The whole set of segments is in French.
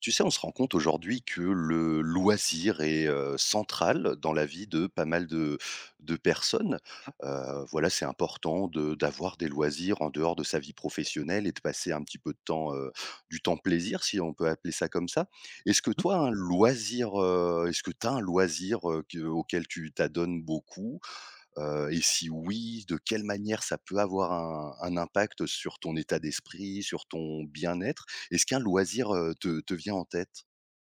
Tu sais, on se rend compte aujourd'hui que le loisir est central dans la vie de pas mal de personnes. Voilà, c'est important d'avoir des loisirs en dehors de sa vie professionnelle et de passer un petit peu de temps, du temps plaisir, si on peut appeler ça comme ça. Est-ce que toi, un loisir, est-ce que tu as un loisir auquel tu t'adonnes beaucoup. Et si oui, de quelle manière ça peut avoir un impact sur ton état d'esprit, sur ton bien-être? Est-ce qu'un loisir, te vient en tête?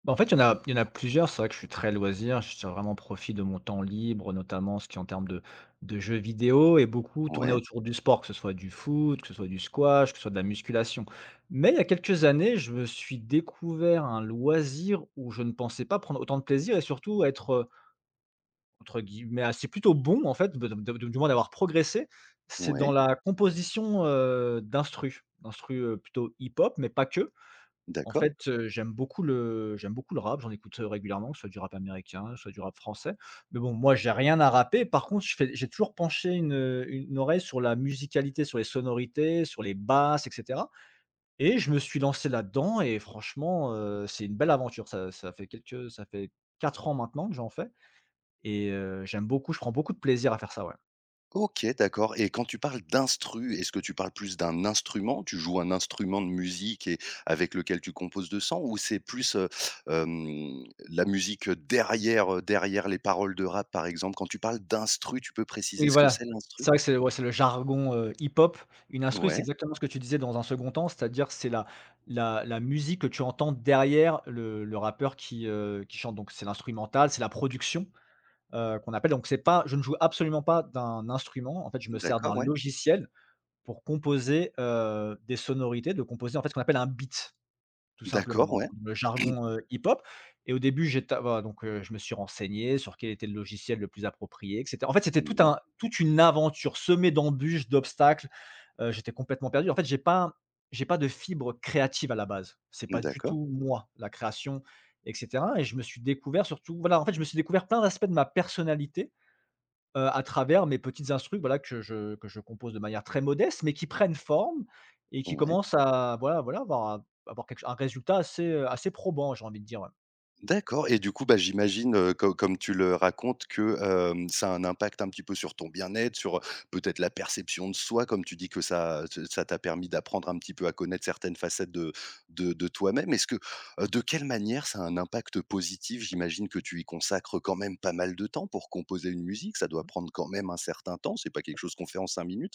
En fait, il y en a il y en a plusieurs. C'est vrai que je suis très loisir, je tire vraiment profit de mon temps libre, notamment ce qui est en termes de jeux vidéo et beaucoup tourné Ouais, autour du sport, que ce soit du foot, que ce soit du squash, que ce soit de la musculation. Mais il y a quelques années, je me suis découvert un loisir où je ne pensais pas prendre autant de plaisir et surtout être, entre guillemets, assez plutôt «bon» en fait, de du moins d'avoir progressé. C'est dans ouais, la composition, d'instrus, plutôt hip-hop, mais pas que. En d'accord. fait, j'aime beaucoup le rap, j'en écoute, régulièrement, que ce soit du rap américain, soit du rap français. Mais bon, moi, j'ai rien à rapper. Par contre, je fais j'ai toujours penché une oreille sur la musicalité, sur les sonorités, sur les basses et cetera, et je me suis lancé là-dedans et franchement, c'est une belle aventure. Ça fait 4 ans maintenant que j'en fais et j'aime beaucoup, je prends beaucoup de plaisir à faire ça, ouais. OK, d'accord, et quand tu parles d'instru, est-ce que tu parles plus d'un instrument? Tu joues un instrument de musique et avec lequel tu composes de sang, ou c'est plus, hem, la musique derrière, derrière les paroles de rap, par exemple? Quand tu parles d'instru, tu peux préciser Oui, ce que voilà. c'est l'instru? C'est vrai que c'est ouais, c'est le jargon, hip-hop. Une instru, c'est Ouais, exactement ce que tu disais dans un second temps, c'est-à-dire c'est la la musique que tu entends derrière le rappeur qui chante. Donc c'est l'instrumental, c'est la production, qu'on appelle. Donc c'est pas je ne joue absolument pas d'un instrument. En fait, je me sers d'un d'accord, ouais. logiciel pour composer, des sonorités, de composer en fait ce qu'on appelle un beat. Tout simplement, D'accord, dans ouais. le jargon, hip-hop. Et au début, j'éta voilà, donc je me suis renseigné sur quel était le logiciel le plus approprié et cetera. En fait, c'était tout Mmh. un toute une aventure semée d'embûches, d'obstacles, j'étais complètement perdu. En fait, j'ai pas de fibre créative à la base. C'est pas du D'accord. tout moi, la création et cetera. Et je me suis découvert surtout voilà, en fait, je me suis découvert plein d'aspects de ma personnalité, à travers mes petites instrus, voilà, que je compose de manière très modeste, mais qui prennent forme et qui Ouais, commencent à avoir quelque un résultat assez, assez probant, j'ai envie de dire, ouais. d'accord, et du coup, bah, j'imagine, co comme tu le racontes que, ça a un impact un petit peu sur ton bien-être, sur, peut-être la perception de soi, comme tu dis que ça t'a permis d'apprendre un petit peu à connaître certaines facettes de toi-même. Est-ce que, de quelle manière ça a un impact positif? J'imagine que tu y consacres quand même pas mal de temps pour composer une musique, ça doit prendre quand même un certain temps, c'est pas quelque chose qu'on fait en 5 minutes?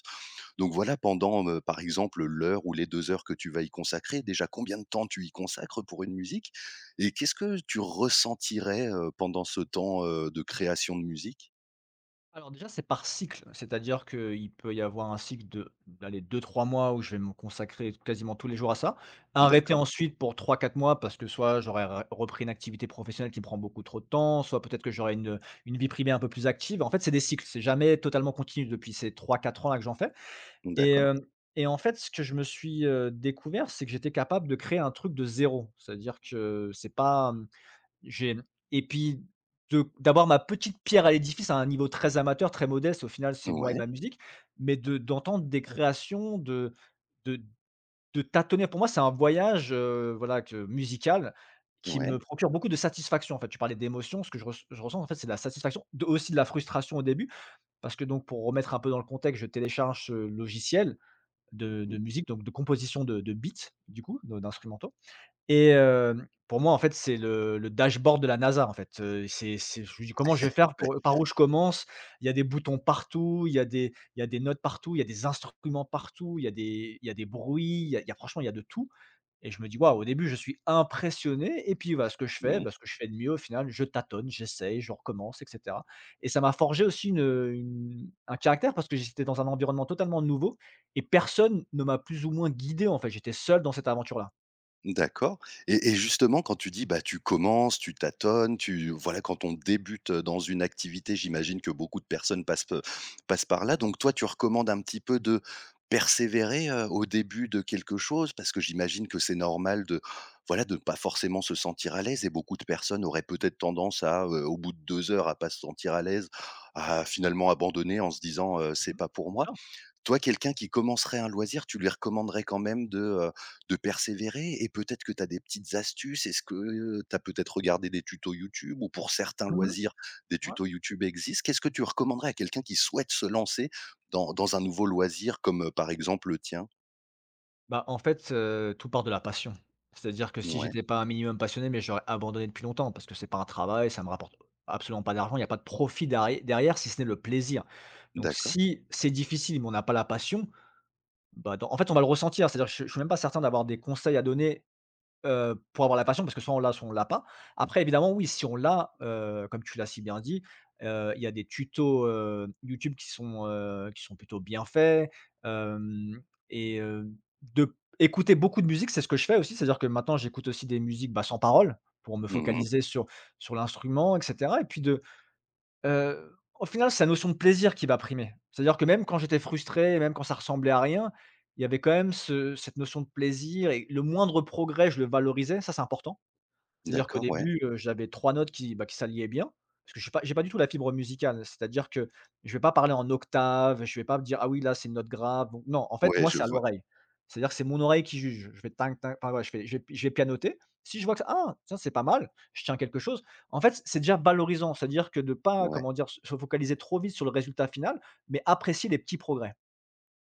Donc voilà, pendant, par exemple, l'heure ou les 2 heures que tu vas y consacrer, déjà combien de temps tu y consacres pour une musique? Et qu'est-ce que tu ressentirais, pendant ce temps, de création de musique? Alors déjà, c'est par cycle, c'est-à-dire qu'il peut y avoir un cycle de, allez, 2, 3 mois où je vais me consacrer quasiment tous les jours à ça, arrêter D'accord, ensuite pour 3, 4 mois parce que soit j'aurais re repris une activité professionnelle qui me prend beaucoup trop de temps, soit peut-être que j'aurais une vie privée un peu plus active. En fait, c'est des cycles, c'est jamais totalement continu depuis ces 3, 4 ans là que j'en fais. Et d'accord. hem et en fait, ce que je me suis, découvert, c'est que j'étais capable de créer un truc de zéro. C'est-à-dire que c'est pas, hem, j'ai et puis de D'avoir ma petite pierre à l'édifice à un niveau très amateur, très modeste, au final, c'est moi et Ouais, ma musique, mais de d'entendre des créations, de de tâtonner. Pour moi, c'est un voyage, voilà, que musical, qui ouais. me procure beaucoup de satisfaction, en fait. Tu parlais d'émotion, ce que je ressens, en fait, c'est de la satisfaction, de aussi de la frustration au début, parce que donc pour remettre un peu dans le contexte, je télécharge ce logiciel de Mmh. de musique, donc de composition de beats, du coup, de d'instrumentaux. Et pour moi, en fait, c'est le dashboard de la NASA, en fait, c'est, je me dis: «Comment je vais faire Ouais. pour par où je commence?» Il y a des boutons partout, il y a des notes partout, il y a des instruments partout, il y a des bruits, il y a franchement, il y a de tout, et je me dis: «Waouh!» Au début, je suis impressionné et puis, bah, ce que je fais, Mmh. bah, ce que je fais de mieux au final, je tâtonne, j'essaye, je recommence et cetera, et ça m'a forgé aussi une un caractère parce que j'étais dans un environnement totalement nouveau et personne ne m'a plus ou moins guidé, en fait. J'étais seul dans cette aventure-là. D'accord, et justement quand tu dis, bah, tu commences, tu tâtonnes, tu voilà, quand on débute, dans une activité, j'imagine que beaucoup de personnes passent par là. Donc toi, tu recommandes un petit peu de persévérer, au début de quelque chose? Parce que j'imagine que c'est normal de, voilà, de ne pas forcément se sentir à l'aise, et beaucoup de personnes auraient peut-être tendance à, au bout de 2 heures à pas se sentir à l'aise, à finalement abandonner en se disant, «C'est Mmh. pas pour Bien moi». sûr. Toi, quelqu'un qui commencerait un loisir, tu lui recommanderais quand même de persévérer, et peut-être que tu as des petites astuces? Est-ce que, tu as peut-être regardé des tutos YouTube, ou pour certains Mmh. loisirs, des Ouais. tutos YouTube existent? Qu'est-ce que tu recommanderais à quelqu'un qui souhaite se lancer dans un nouveau loisir comme, par exemple, le tien? Tout part de la passion. C'est-à-dire que si Ouais, j'étais pas un minimum passionné, mais j'aurais abandonné depuis longtemps parce que c'est pas un travail, ça me rapporte absolument pas d'argent, il y a pas de profit derrière si ce n'est le plaisir. Donc d'accord. si c'est difficile, mais on n'a pas la passion, bah, dans en fait, on va le ressentir, c'est-à-dire je suis même pas certain d'avoir des conseils à donner, pour avoir la passion parce que soit on l'a pas. Après évidemment oui, si on l'a, comme tu l'as si bien dit, il y a des tutos, YouTube qui sont plutôt bien faits, hem et de écouter beaucoup de musique, c'est ce que je fais aussi, c'est-à-dire que maintenant j'écoute aussi des musiques, bah, sans paroles pour me Mmh. focaliser sur l'instrument et cetera et puis de au final, c'est la notion de plaisir qui va primer. C'est-à-dire que même quand j'étais frustré, même quand ça ressemblait à rien, il y avait quand même ce cette notion de plaisir et le moindre progrès, je le valorisais, ça, c'est important. C'est-à-dire qu'au D'accord, ouais. début, j'avais 3 notes qui, bah, qui s'alliaient bien, parce que je suis pas j'ai pas du tout la fibre musicale. C'est-à-dire que je vais pas parler en octave, je vais pas me dire: «Ah oui, là, c'est une note grave», donc non, en fait, Ouais, moi, je c'est à vois. l'oreille. C'est-à-dire que c'est mon oreille qui juge. Je vais tin tin enfin, ouais, je vais pianoter. Si je vois que: ça, «Ah, tiens, c'est pas mal, je tiens quelque chose». En fait, c'est déjà valorisant, c'est-à-dire que de pas, Ouais. comment dire, se focaliser trop vite sur le résultat final, mais apprécier les petits progrès.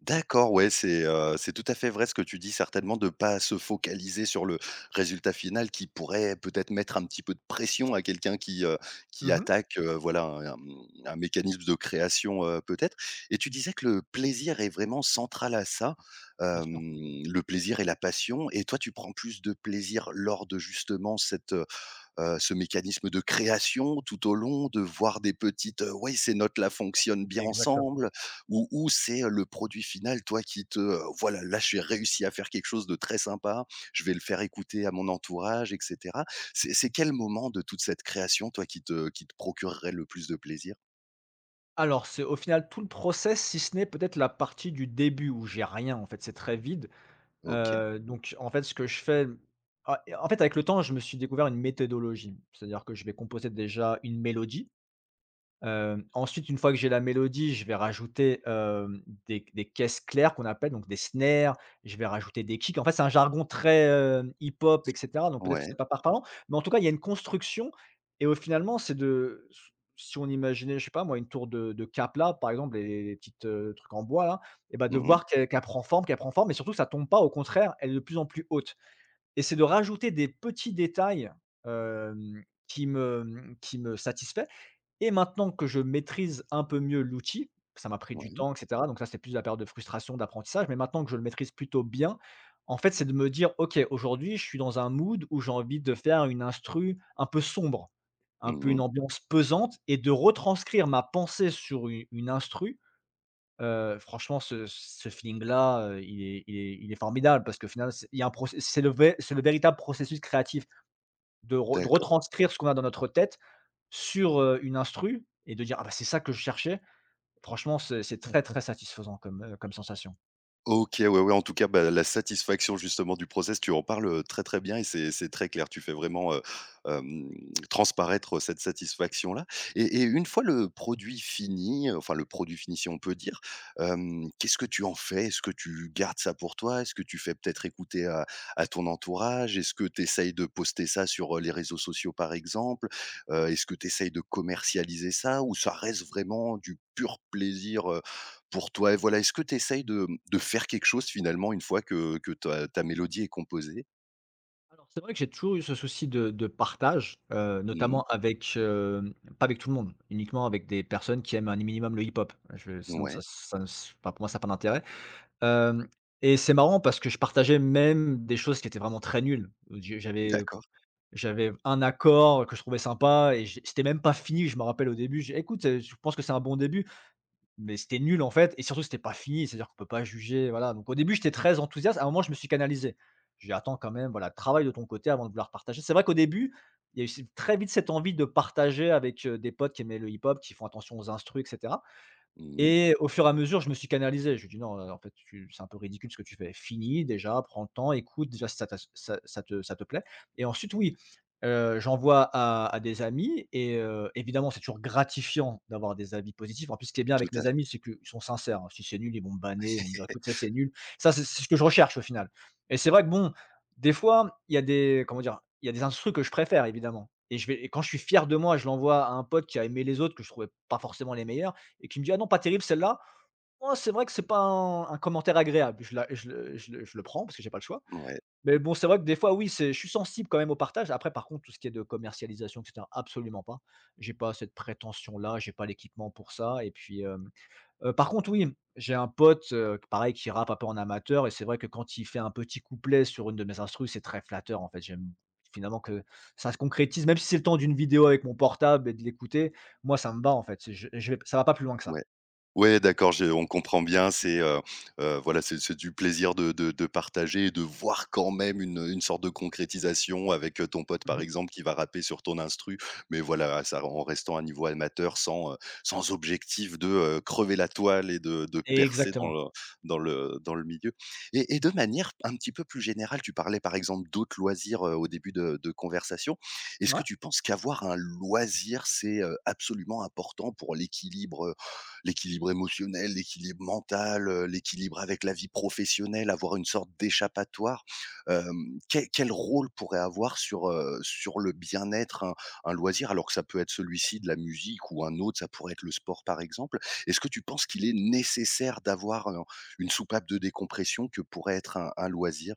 D'accord, ouais, c'est tout à fait vrai ce que tu dis, certainement de pas se focaliser sur le résultat final, qui pourrait peut-être mettre un petit peu de pression à quelqu'un qui Mmh. attaque, voilà un, un mécanisme de création, peut-être. Et tu disais que le plaisir est vraiment central à ça, Bien sûr, hem, le plaisir et la passion, et toi tu prends plus de plaisir lors de justement cette, ce mécanisme de création tout au long, de voir des petites, «Ouais, ces notes-là fonctionnent bien exactement. ensemble», ou c'est, le produit final, toi, qui te, «Voilà, là, j'ai réussi à faire quelque chose de très sympa, je vais le faire écouter à mon entourage» et cetera. C'est quel moment de toute cette création, toi, qui te procurerait le plus de plaisir? Alors, c'est au final tout le process, si ce n'est peut-être la partie du début où j'ai rien, en fait, c'est très vide. OK. Donc en fait, ce que je fais ah, et en fait, avec le temps, je me suis découvert une méthodologie. C'est-à-dire que je vais composer déjà une mélodie, ensuite, une fois que j'ai la mélodie, je vais rajouter, des caisses claires qu'on appelle, donc des snares, je vais rajouter des kicks. En fait, c'est un jargon très, hip-hop et cetera, donc peut-être que Ouais. c'est pas parlant, mais en tout cas, il y a une construction et au finalement, c'est de si on imaginait, je sais pas moi, une tour de Kaplan, par exemple, les petites, trucs en bois là, et bah, de Mmh. voir qu'elle prend forme et surtout ça tombe pas, au contraire, elle est de plus en plus haute et c'est de rajouter des petits détails, qui me satisfait. Et maintenant que je maîtrise un peu mieux l'outil, ça m'a pris du Ouais. temps et cetera, donc ça, c'est plus la période de frustration, d'apprentissage, mais maintenant que je le maîtrise plutôt bien, en fait, c'est de me dire: «OK, aujourd'hui, je suis dans un mood où j'ai envie de faire une instru un peu sombre, un peu une Mmh. ambiance pesante» et de retranscrire ma pensée sur u une instru. Franchement, ce feeling-là, il est formidable parce qu'au final, c'est il y a un proc c'est le véritable processus créatif de D'accord. retranscrire ce qu'on a dans notre tête sur, une instru et de dire: «Ah bah, c'est ça que je cherchais», franchement, c'est très, très satisfaisant comme, comme sensation. OK, ouais, ouais, en tout cas, bah, la satisfaction justement du process, tu en parles, très, très bien, et c'est très clair. Tu fais vraiment, hem, transparaître cette satisfaction-là. Et une fois le produit fini, enfin le produit fini, si on peut dire, qu'est-ce que tu en fais? Est-ce que tu gardes ça pour toi? Est-ce que tu fais peut-être écouter à ton entourage? Est-ce que tu essayes de poster ça sur, les réseaux sociaux, par exemple? Est-ce que tu essayes de commercialiser ça, ou ça reste vraiment du pur plaisir, pour toi, et voilà, est-ce que tu essayes de de faire quelque chose finalement une fois que ta mélodie est composée? Alors, c'est vrai que j'ai toujours eu ce souci de partage, Mmh. notamment avec, pas avec tout le monde, uniquement avec des personnes qui aiment un minimum le hip-hop. Je Sinon Ouais, ça ça s enfin, pour moi, ça n'a pas d'intérêt. Hem Et c'est marrant parce que je partageais même des choses qui étaient vraiment très nulles. Je j'avais d'accord. J'avais un accord que je trouvais sympa et j'ai c'était même pas fini, je me rappelle au début, j'ai: «Écoute, je pense que c'est un bon début». Mais c'était nul en fait et surtout c'était pas fini, c'est-à-dire qu'on peut pas juger, voilà. Donc au début, j'étais très enthousiaste, à un moment je me suis canalisé. J'ai dit: «Attends quand même, voilà, travaille de ton côté avant de vouloir partager». C'est vrai qu'au début, il y a eu c très vite cette envie de partager avec, des potes qui aimaient le hip-hop, qui font attention aux instrus etc. Mmh. Et au fur et à mesure, je me suis canalisé. Je lui ai dit: «Non, en fait, tu c'est un peu ridicule ce que tu fais. Fini, déjà, prends le temps, écoute déjà si ça t'as ça ça te plaît». Et ensuite oui, j'envoie à des amis et, évidemment, c'est toujours gratifiant d'avoir des avis positifs. En plus, ce qui est bien Tout avec à mes fait. amis, c'est qu'ils sont sincères, hein. Si c'est nul, ils vont me banner, ils vont me dire: «Écoute, ça, c'est nul». Ça, c'est ce que je recherche au final. Et c'est vrai que bon, des fois, il y a des comment dire? Il y a des instrus que je préfère évidemment et je vais et quand je suis fier de moi, je l'envoie à un pote qui a aimé les autres que je trouvais pas forcément les meilleurs et qui me dit: «Ah non, pas terrible celle-là». Oh, c'est vrai que c'est pas un commentaire agréable. Je le prends parce que j'ai pas le choix. Ouais, Mais bon, c'est vrai que des fois, oui, c'est je suis sensible quand même au partage. Après, par contre, tout ce qui est de commercialisation et cetera, absolument pas. J'ai pas cette prétention-là, j'ai pas l'équipement pour ça, et puis, par contre, oui, j'ai un pote, pareil, qui rappe un peu en amateur et c'est vrai que quand il fait un petit couplet sur une de mes instrus, c'est très flatteur en fait. J'aime finalement que ça se concrétise, même si c'est le temps d'une vidéo avec mon portable et de l'écouter, moi ça me bat en fait. C'est je vais Ça va pas plus loin que ça. ouais. Ouais, d'accord, je on comprend bien, c'est, voilà, c'est du plaisir de de partager et de voir quand même une sorte de concrétisation avec, ton pote, par exemple, qui va rapper sur ton instru. Mais voilà, ça en restant à un niveau amateur sans, sans objectif de, crever la toile et de percer dans Exactement. le dans le milieu. Et de manière un petit peu plus générale, tu parlais, par exemple, d'autres loisirs, au début de conversation. Est-ce que Ouais, tu penses qu'avoir un loisir, c'est, absolument important pour l'équilibre, l'équilibre émotionnel, l'équilibre mental, l'équilibre avec la vie professionnelle, avoir une sorte d'échappatoire. Quel rôle pourrait avoir sur, sur le bien-être un loisir? Alors que ça peut être celui-ci de la musique ou un autre, ça pourrait être le sport par exemple. Est-ce que tu penses qu'il est nécessaire d'avoir, une soupape de décompression que pourrait être un loisir?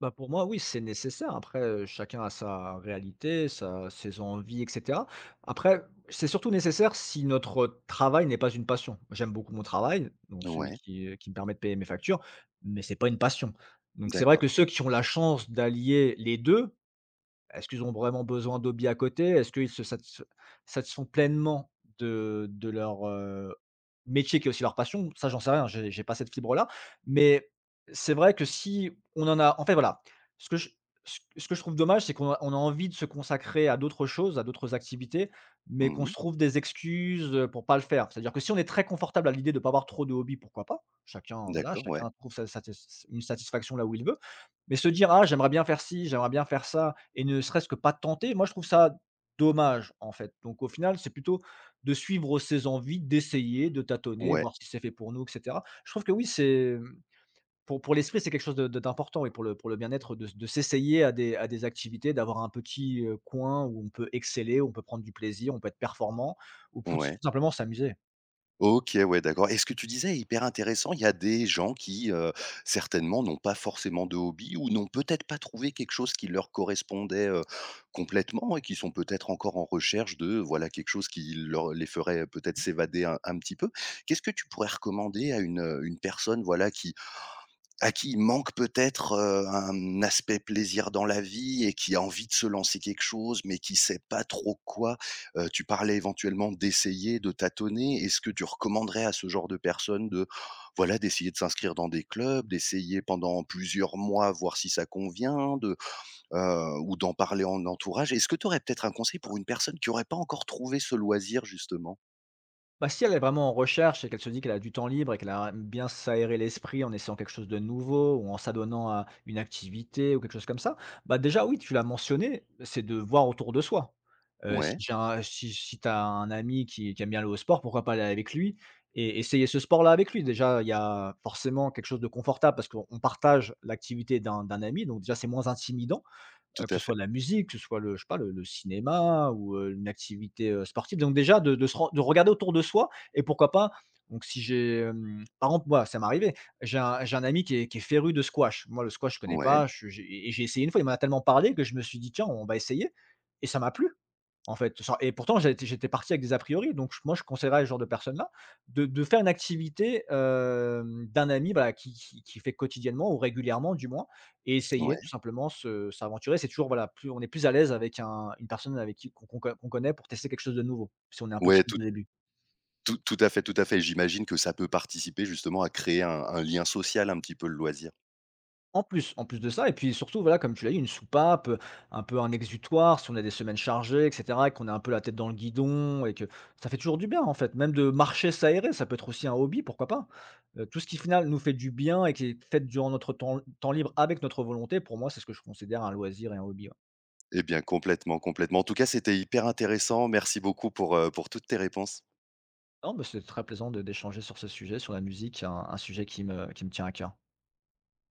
bah, pour moi, oui, c'est nécessaire. Après, chacun a sa réalité, sa ses envies et cetera. Après, c'est surtout nécessaire si notre travail n'est pas une passion. J'aime beaucoup mon travail, donc celui Ouais, qui me permet de payer mes factures, mais c'est pas une passion. Donc c'est vrai d'accord. que ceux qui ont la chance d'allier les 2. Est-ce qu'ils ont vraiment besoin d'Obi à côté? Est-ce qu'ils se satisf Satisfont pleinement de leur, métier qui est aussi leur passion? Ça, j'en sais rien, j'ai pas cette fibre-là, mais c'est vrai que si on en a en fait, voilà, ce que je ce que je trouve dommage, c'est qu'on a envie de se consacrer à d'autres choses, à d'autres activités, mais qu'on Mmh. se trouve des excuses, pour pas le faire. C'est-à-dire que si on est très confortable à l'idée de ne pas avoir trop de hobbies, pourquoi pas? Chacun, voilà, D'accord, ouais. chacun trouve sa satis une satisfaction là où il veut, mais se dire: «Ah, j'aimerais bien faire ci, j'aimerais bien faire ça» et ne serait-ce que pas tenter. Moi, je trouve ça dommage, en fait. Donc, au final, c'est plutôt de suivre ses envies, d'essayer, de tâtonner, Ouais, voir si c'est fait pour nous, et cetera. Je trouve que oui, c'est pour l'esprit, c'est quelque chose de d'important et pour le bien-être de s'essayer à des activités, d'avoir un petit, coin où on peut exceller, où on peut prendre du plaisir, on peut être performant, ou tout ouais. simplement s'amuser. OK, ouais, d'accord, et ce que tu disais est hyper intéressant. Il y a des gens qui, certainement, n'ont pas forcément de hobby, ou n'ont peut-être pas trouvé quelque chose qui leur correspondait, complètement, et qui sont peut-être encore en recherche de, voilà, quelque chose qui leur les ferait peut-être s'évader un petit peu. Qu'est-ce que tu pourrais recommander à une personne, voilà, qui à qui il manque peut-être, un aspect plaisir dans la vie, et qui a envie de se lancer quelque chose, mais qui sait pas trop quoi. Tu parlais éventuellement d'essayer, de tâtonner. Est-ce que tu recommanderais à ce genre de personnes de voilà, d'essayer de s'inscrire dans des clubs, d'essayer pendant plusieurs mois, voir si ça convient, de ou d'en parler en entourage? Est-ce que tu aurais peut-être un conseil pour une personne qui aurait pas encore trouvé ce loisir justement? Bah, si elle est vraiment en recherche et qu'elle se dit qu'elle a du temps libre et qu'elle aime bien s'aérer l'esprit en essayant quelque chose de nouveau ou en s'adonnant à une activité ou quelque chose comme ça, bah déjà oui, tu l'as mentionné, c'est de voir autour de soi. Si Ouais, j'ai un si si tu as un ami qui aime bien le haut sport, pourquoi pas aller avec lui et essayer ce sport-là avec lui? Déjà, il y a forcément quelque chose de confortable parce qu'on partage l'activité d'un ami, donc déjà c'est moins intimidant. tout Que à ce soit fait. de la musique, que ce soit le je sais pas, le cinéma ou, une activité, sportive. Donc déjà de se ren de regarder autour de soi et pourquoi pas donc si j'ai, par exemple, moi, ça m'est arrivé, j'ai un ami qui est féru de squash. Moi, le squash, je connais Ouais, pas, je j'ai et j'ai essayé une fois, il m'en a tellement parlé que je me suis dit: «Tiens, on va essayer» et ça m'a plu. En fait, genre et pourtant j'étais parti avec des a priori, donc moi je conseillerais à ce genre de personnes-là de faire une activité, d'un ami, voilà, qui fait quotidiennement ou régulièrement du moins et essayer ouais. tout simplement se s'aventurer. C'est toujours, voilà, plus on est plus à l'aise avec un une personne avec qui qu'on connaît pour tester quelque chose de nouveau, si on est un peu Ouais, tout au début. Tout tout à fait, tout à fait. J'imagine que ça peut participer justement à créer un lien social un petit peu le loisir. En plus, en plus de ça et puis surtout, voilà, comme tu l'as dit, une soupape, un peu un exutoire, si on a des semaines chargées et cetera et qu'on a un peu la tête dans le guidon et que ça fait toujours du bien, en fait. Même de marcher, s'aérer, ça peut être aussi un hobby, pourquoi pas? Tout ce qui, au final, nous fait du bien et qui est fait durant notre temps libre avec notre volonté, pour moi, c'est ce que je considère un loisir et un hobby, ouais. Eh bien complètement, complètement. En tout cas, c'était hyper intéressant. Merci beaucoup pour toutes tes réponses. Non, mais c'est très plaisant de d'échanger sur ce sujet, sur la musique, un sujet qui me tient à cœur.